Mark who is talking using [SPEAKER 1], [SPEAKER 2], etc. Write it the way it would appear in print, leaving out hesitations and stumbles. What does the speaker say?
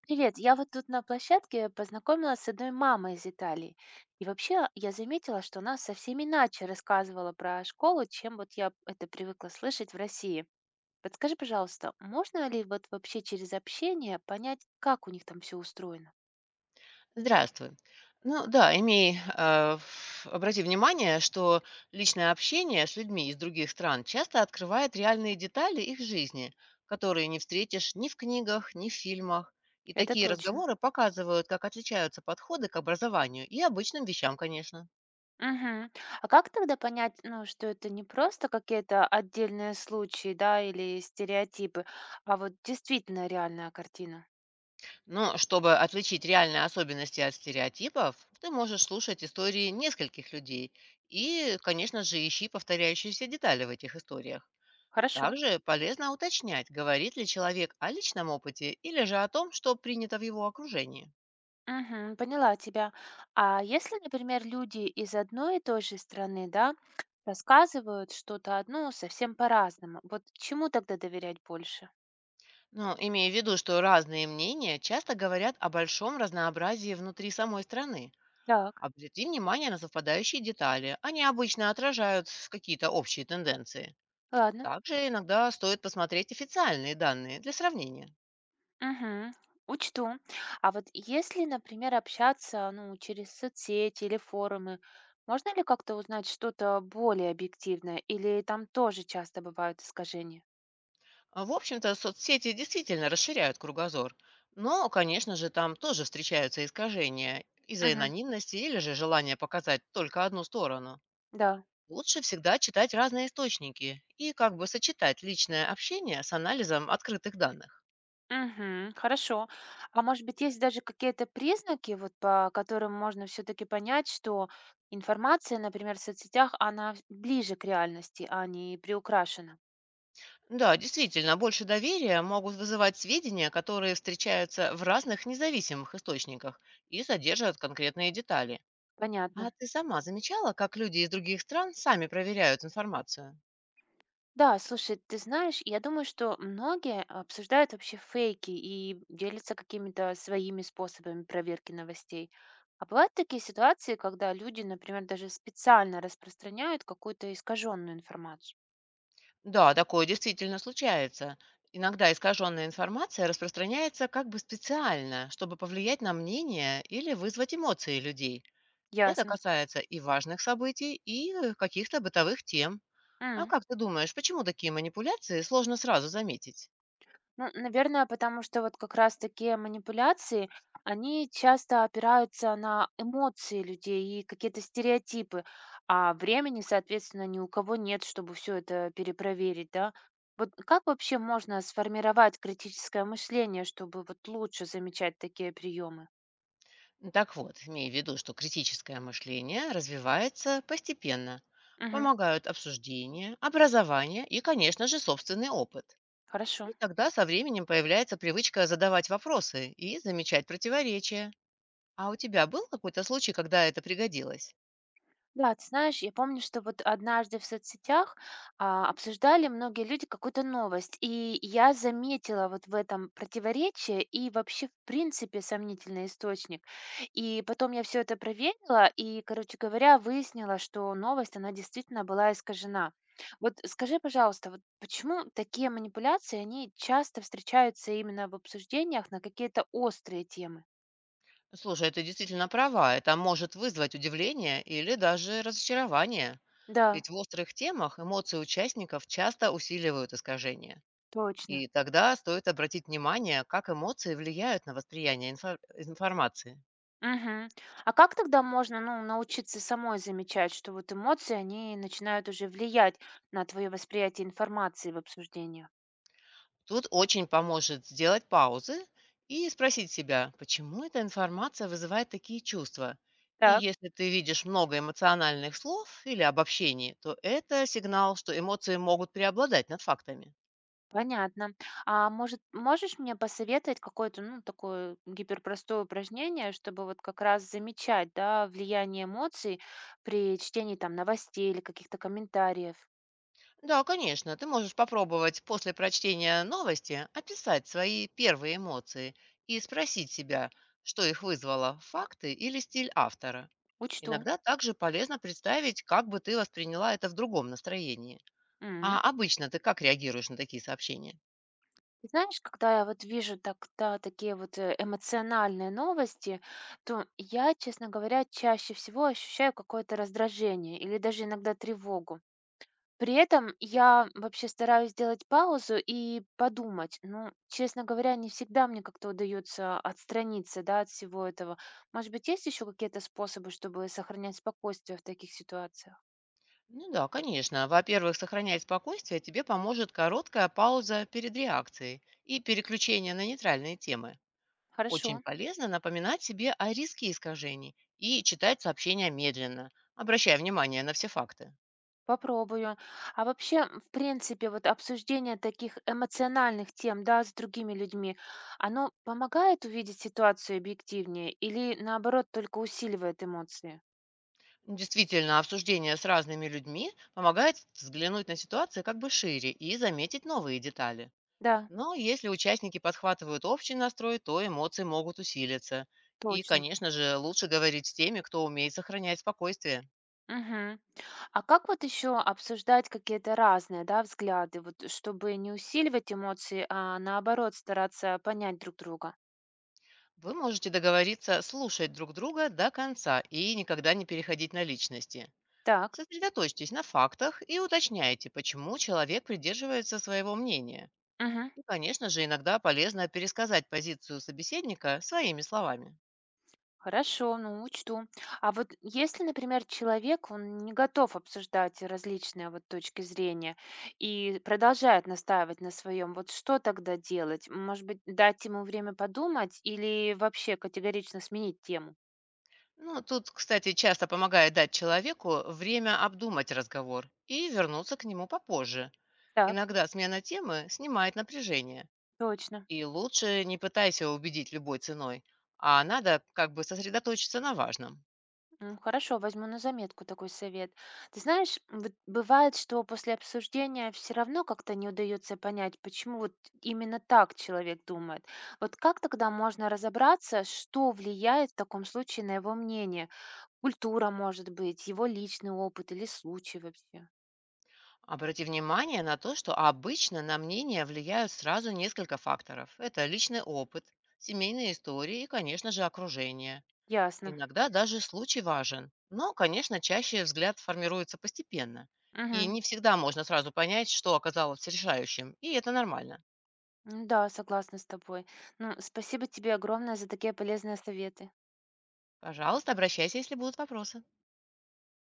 [SPEAKER 1] Привет, я вот тут на площадке познакомилась с одной мамой из Италии. И вообще я заметила, что она совсем иначе рассказывала про школу, чем вот я это привыкла слышать в России. Подскажи, пожалуйста, можно ли вот вообще через общение понять, как у них там все устроено?
[SPEAKER 2] Здравствуй. Ну да, имей, обрати внимание, что личное общение с людьми из других стран часто открывает реальные детали их жизни, которые не встретишь ни в книгах, ни в фильмах. И
[SPEAKER 1] Это
[SPEAKER 2] такие
[SPEAKER 1] точно.
[SPEAKER 2] разговоры показывают, как отличаются подходы к образованию и обычным вещам, конечно.
[SPEAKER 1] Мгм. А как тогда понять, ну, что это не просто какие-то отдельные случаи, да, или стереотипы, а вот действительно реальная картина?
[SPEAKER 2] Но чтобы отличить реальные особенности от стереотипов, ты можешь слушать истории нескольких людей и, конечно же, ищи повторяющиеся детали в этих историях.
[SPEAKER 1] Хорошо.
[SPEAKER 2] Также полезно уточнять, говорит ли человек о личном опыте или же о том, что принято в его окружении.
[SPEAKER 1] Мгм. Поняла тебя. А если, например, люди из одной и той же страны, да, рассказывают что-то одно совсем по-разному, вот чему тогда доверять больше?
[SPEAKER 2] Но имея в виду, что разные мнения часто говорят о большом разнообразии внутри самой страны.
[SPEAKER 1] Так,
[SPEAKER 2] Обрати внимание на совпадающие детали, они обычно отражают какие-то общие тенденции.
[SPEAKER 1] ладно.
[SPEAKER 2] Также иногда стоит посмотреть официальные данные для сравнения.
[SPEAKER 1] Мгм. Учту. А вот если, например, общаться, ну, через соцсети или форумы, можно ли как-то узнать что-то более объективное? Или там тоже часто бывают искажения?
[SPEAKER 2] В общем-то, соцсети действительно расширяют кругозор. Но, конечно же, там тоже встречаются искажения из-за
[SPEAKER 1] Мгм.
[SPEAKER 2] анонимности или же желания показать только одну сторону.
[SPEAKER 1] Да.
[SPEAKER 2] Лучше всегда читать разные источники и как бы сочетать личное общение с анализом открытых данных.
[SPEAKER 1] Мгм. Хорошо. А может быть, есть даже какие-то признаки, вот по которым можно все-таки понять, что информация, например, в соцсетях, она ближе к реальности, а не приукрашена?
[SPEAKER 2] Да, действительно, больше доверия могут вызывать сведения, которые встречаются в разных независимых источниках и содержат конкретные детали. А
[SPEAKER 1] Понятно.
[SPEAKER 2] ты сама замечала, как люди из других стран сами проверяют информацию?
[SPEAKER 1] Да, слушай, ты знаешь, я думаю, что многие обсуждают вообще фейки и делятся какими-то своими способами проверки новостей. А бывают такие ситуации, когда люди, например, даже специально распространяют какую-то искаженную информацию.
[SPEAKER 2] Да, такое действительно случается. Иногда искаженная информация распространяется как бы специально, чтобы повлиять на мнение или вызвать эмоции людей. Это
[SPEAKER 1] Ясно.
[SPEAKER 2] касается и важных событий, и каких-то бытовых тем. А
[SPEAKER 1] М.
[SPEAKER 2] как ты думаешь, почему такие манипуляции сложно сразу заметить?
[SPEAKER 1] Ну, наверное, потому что вот как раз такие манипуляции, они часто опираются на эмоции людей и какие-то стереотипы, а времени, соответственно, ни у кого нет, чтобы все это перепроверить, да? Вот как вообще можно сформировать критическое мышление, чтобы вот лучше замечать такие приемы?
[SPEAKER 2] Так вот, имей в виду, что критическое мышление развивается постепенно.
[SPEAKER 1] Угу,
[SPEAKER 2] Помогают обсуждение, образование и, конечно же, собственный опыт.
[SPEAKER 1] хорошо.
[SPEAKER 2] И тогда со временем появляется привычка задавать вопросы и замечать противоречия. А у тебя был какой-то случай, когда это пригодилось?
[SPEAKER 1] Да, ты знаешь, я помню, что вот однажды в соцсетях, обсуждали многие люди какую-то новость, и я заметила вот в этом противоречие и вообще, в принципе, сомнительный источник. И потом я все это проверила и, короче говоря, выяснила, что новость, она действительно была искажена. Вот скажи, пожалуйста, вот почему такие манипуляции, они часто встречаются именно в обсуждениях на какие-то острые темы?
[SPEAKER 2] Слушай, ты действительно права, это может вызвать удивление или даже разочарование.
[SPEAKER 1] Да,
[SPEAKER 2] Ведь в острых темах эмоции участников часто усиливают искажения.
[SPEAKER 1] точно.
[SPEAKER 2] И тогда стоит обратить внимание, как эмоции влияют на восприятие информации.
[SPEAKER 1] Мгм. А как тогда можно, ну, научиться самой замечать, что вот эмоции, они начинают уже влиять на твое восприятие информации в обсуждениях?
[SPEAKER 2] Тут очень поможет сделать паузы и спросить себя, почему эта информация вызывает такие чувства. И
[SPEAKER 1] Так.
[SPEAKER 2] если ты видишь много эмоциональных слов или обобщений, то это сигнал, что эмоции могут преобладать над фактами.
[SPEAKER 1] Понятно. А может, можешь мне посоветовать какое-то, ну, такое гиперпростое упражнение, чтобы вот как раз замечать, да, влияние эмоций при чтении там новостей или каких-то комментариев?
[SPEAKER 2] Да, конечно, ты можешь попробовать после прочтения новости описать свои первые эмоции и спросить себя, что их вызвало, факты или стиль автора.
[SPEAKER 1] Учту.
[SPEAKER 2] Иногда также полезно представить, как бы ты восприняла это в другом настроении.
[SPEAKER 1] М.
[SPEAKER 2] А обычно ты как реагируешь на такие сообщения?
[SPEAKER 1] Ты знаешь, когда я вот вижу так тогда такие вот эмоциональные новости, то я, честно говоря, чаще всего ощущаю какое-то раздражение или даже иногда тревогу. При этом я вообще стараюсь сделать паузу и подумать. Ну, честно говоря, не всегда мне как-то удается отстраниться, да, от всего этого. Может быть, есть еще какие-то способы, чтобы сохранять спокойствие в таких ситуациях?
[SPEAKER 2] Ну да, конечно. Во-первых, сохранять спокойствие тебе поможет короткая пауза перед реакцией и переключение на нейтральные темы.
[SPEAKER 1] Хорошо.
[SPEAKER 2] Очень полезно напоминать себе о риске искажений и читать сообщения медленно, обращая внимание на все факты.
[SPEAKER 1] Попробую. А вообще, в принципе, вот обсуждение таких эмоциональных тем, да, с другими людьми, оно помогает увидеть ситуацию объективнее или наоборот только усиливает эмоции?
[SPEAKER 2] Действительно, обсуждение с разными людьми помогает взглянуть на ситуацию как бы шире и заметить новые детали.
[SPEAKER 1] Да,
[SPEAKER 2] Но если участники подхватывают общий настрой, то эмоции могут усилиться. И,
[SPEAKER 1] точно.
[SPEAKER 2] конечно же, лучше говорить с теми, кто умеет сохранять спокойствие.
[SPEAKER 1] Мгм. А как вот еще обсуждать какие-то разные, да, взгляды, вот чтобы не усиливать эмоции, а наоборот стараться понять друг друга?
[SPEAKER 2] Вы можете договориться слушать друг друга до конца и никогда не переходить на личности.
[SPEAKER 1] Так.
[SPEAKER 2] Сосредоточьтесь на фактах и уточняйте, почему человек придерживается своего мнения.
[SPEAKER 1] Мгм.
[SPEAKER 2] И, конечно же, иногда полезно пересказать позицию собеседника своими словами.
[SPEAKER 1] Хорошо, ну учту. А вот если, например, человек, он не готов обсуждать различные вот точки зрения и продолжает настаивать на своем, вот что тогда делать? Может быть, дать ему время подумать или вообще категорично сменить тему?
[SPEAKER 2] Ну, тут, кстати, часто помогает дать человеку время обдумать разговор и вернуться к нему попозже.
[SPEAKER 1] Так,
[SPEAKER 2] Иногда смена темы снимает напряжение.
[SPEAKER 1] точно.
[SPEAKER 2] И лучше не пытайся убедить любой ценой, а надо как бы сосредоточиться на важном.
[SPEAKER 1] М, хорошо, возьму на заметку такой совет. Ты знаешь, вот бывает, что после обсуждения все равно как-то не удается понять, почему вот именно так человек думает. Вот как тогда можно разобраться, что влияет в таком случае на его мнение? Культура, может быть, его личный опыт или случай вообще?
[SPEAKER 2] Обрати внимание на то, что обычно на мнение влияют сразу несколько факторов. Это личный опыт, семейные истории и, конечно же, окружение.
[SPEAKER 1] Ясно.
[SPEAKER 2] Иногда даже случай важен, но, конечно, чаще взгляд формируется постепенно. И
[SPEAKER 1] Мгм.
[SPEAKER 2] не всегда можно сразу понять, что оказалось решающим, и это нормально.
[SPEAKER 1] Ну да, согласна с тобой. Ну, спасибо тебе огромное за такие полезные советы.
[SPEAKER 2] Пожалуйста, обращайся, если будут вопросы.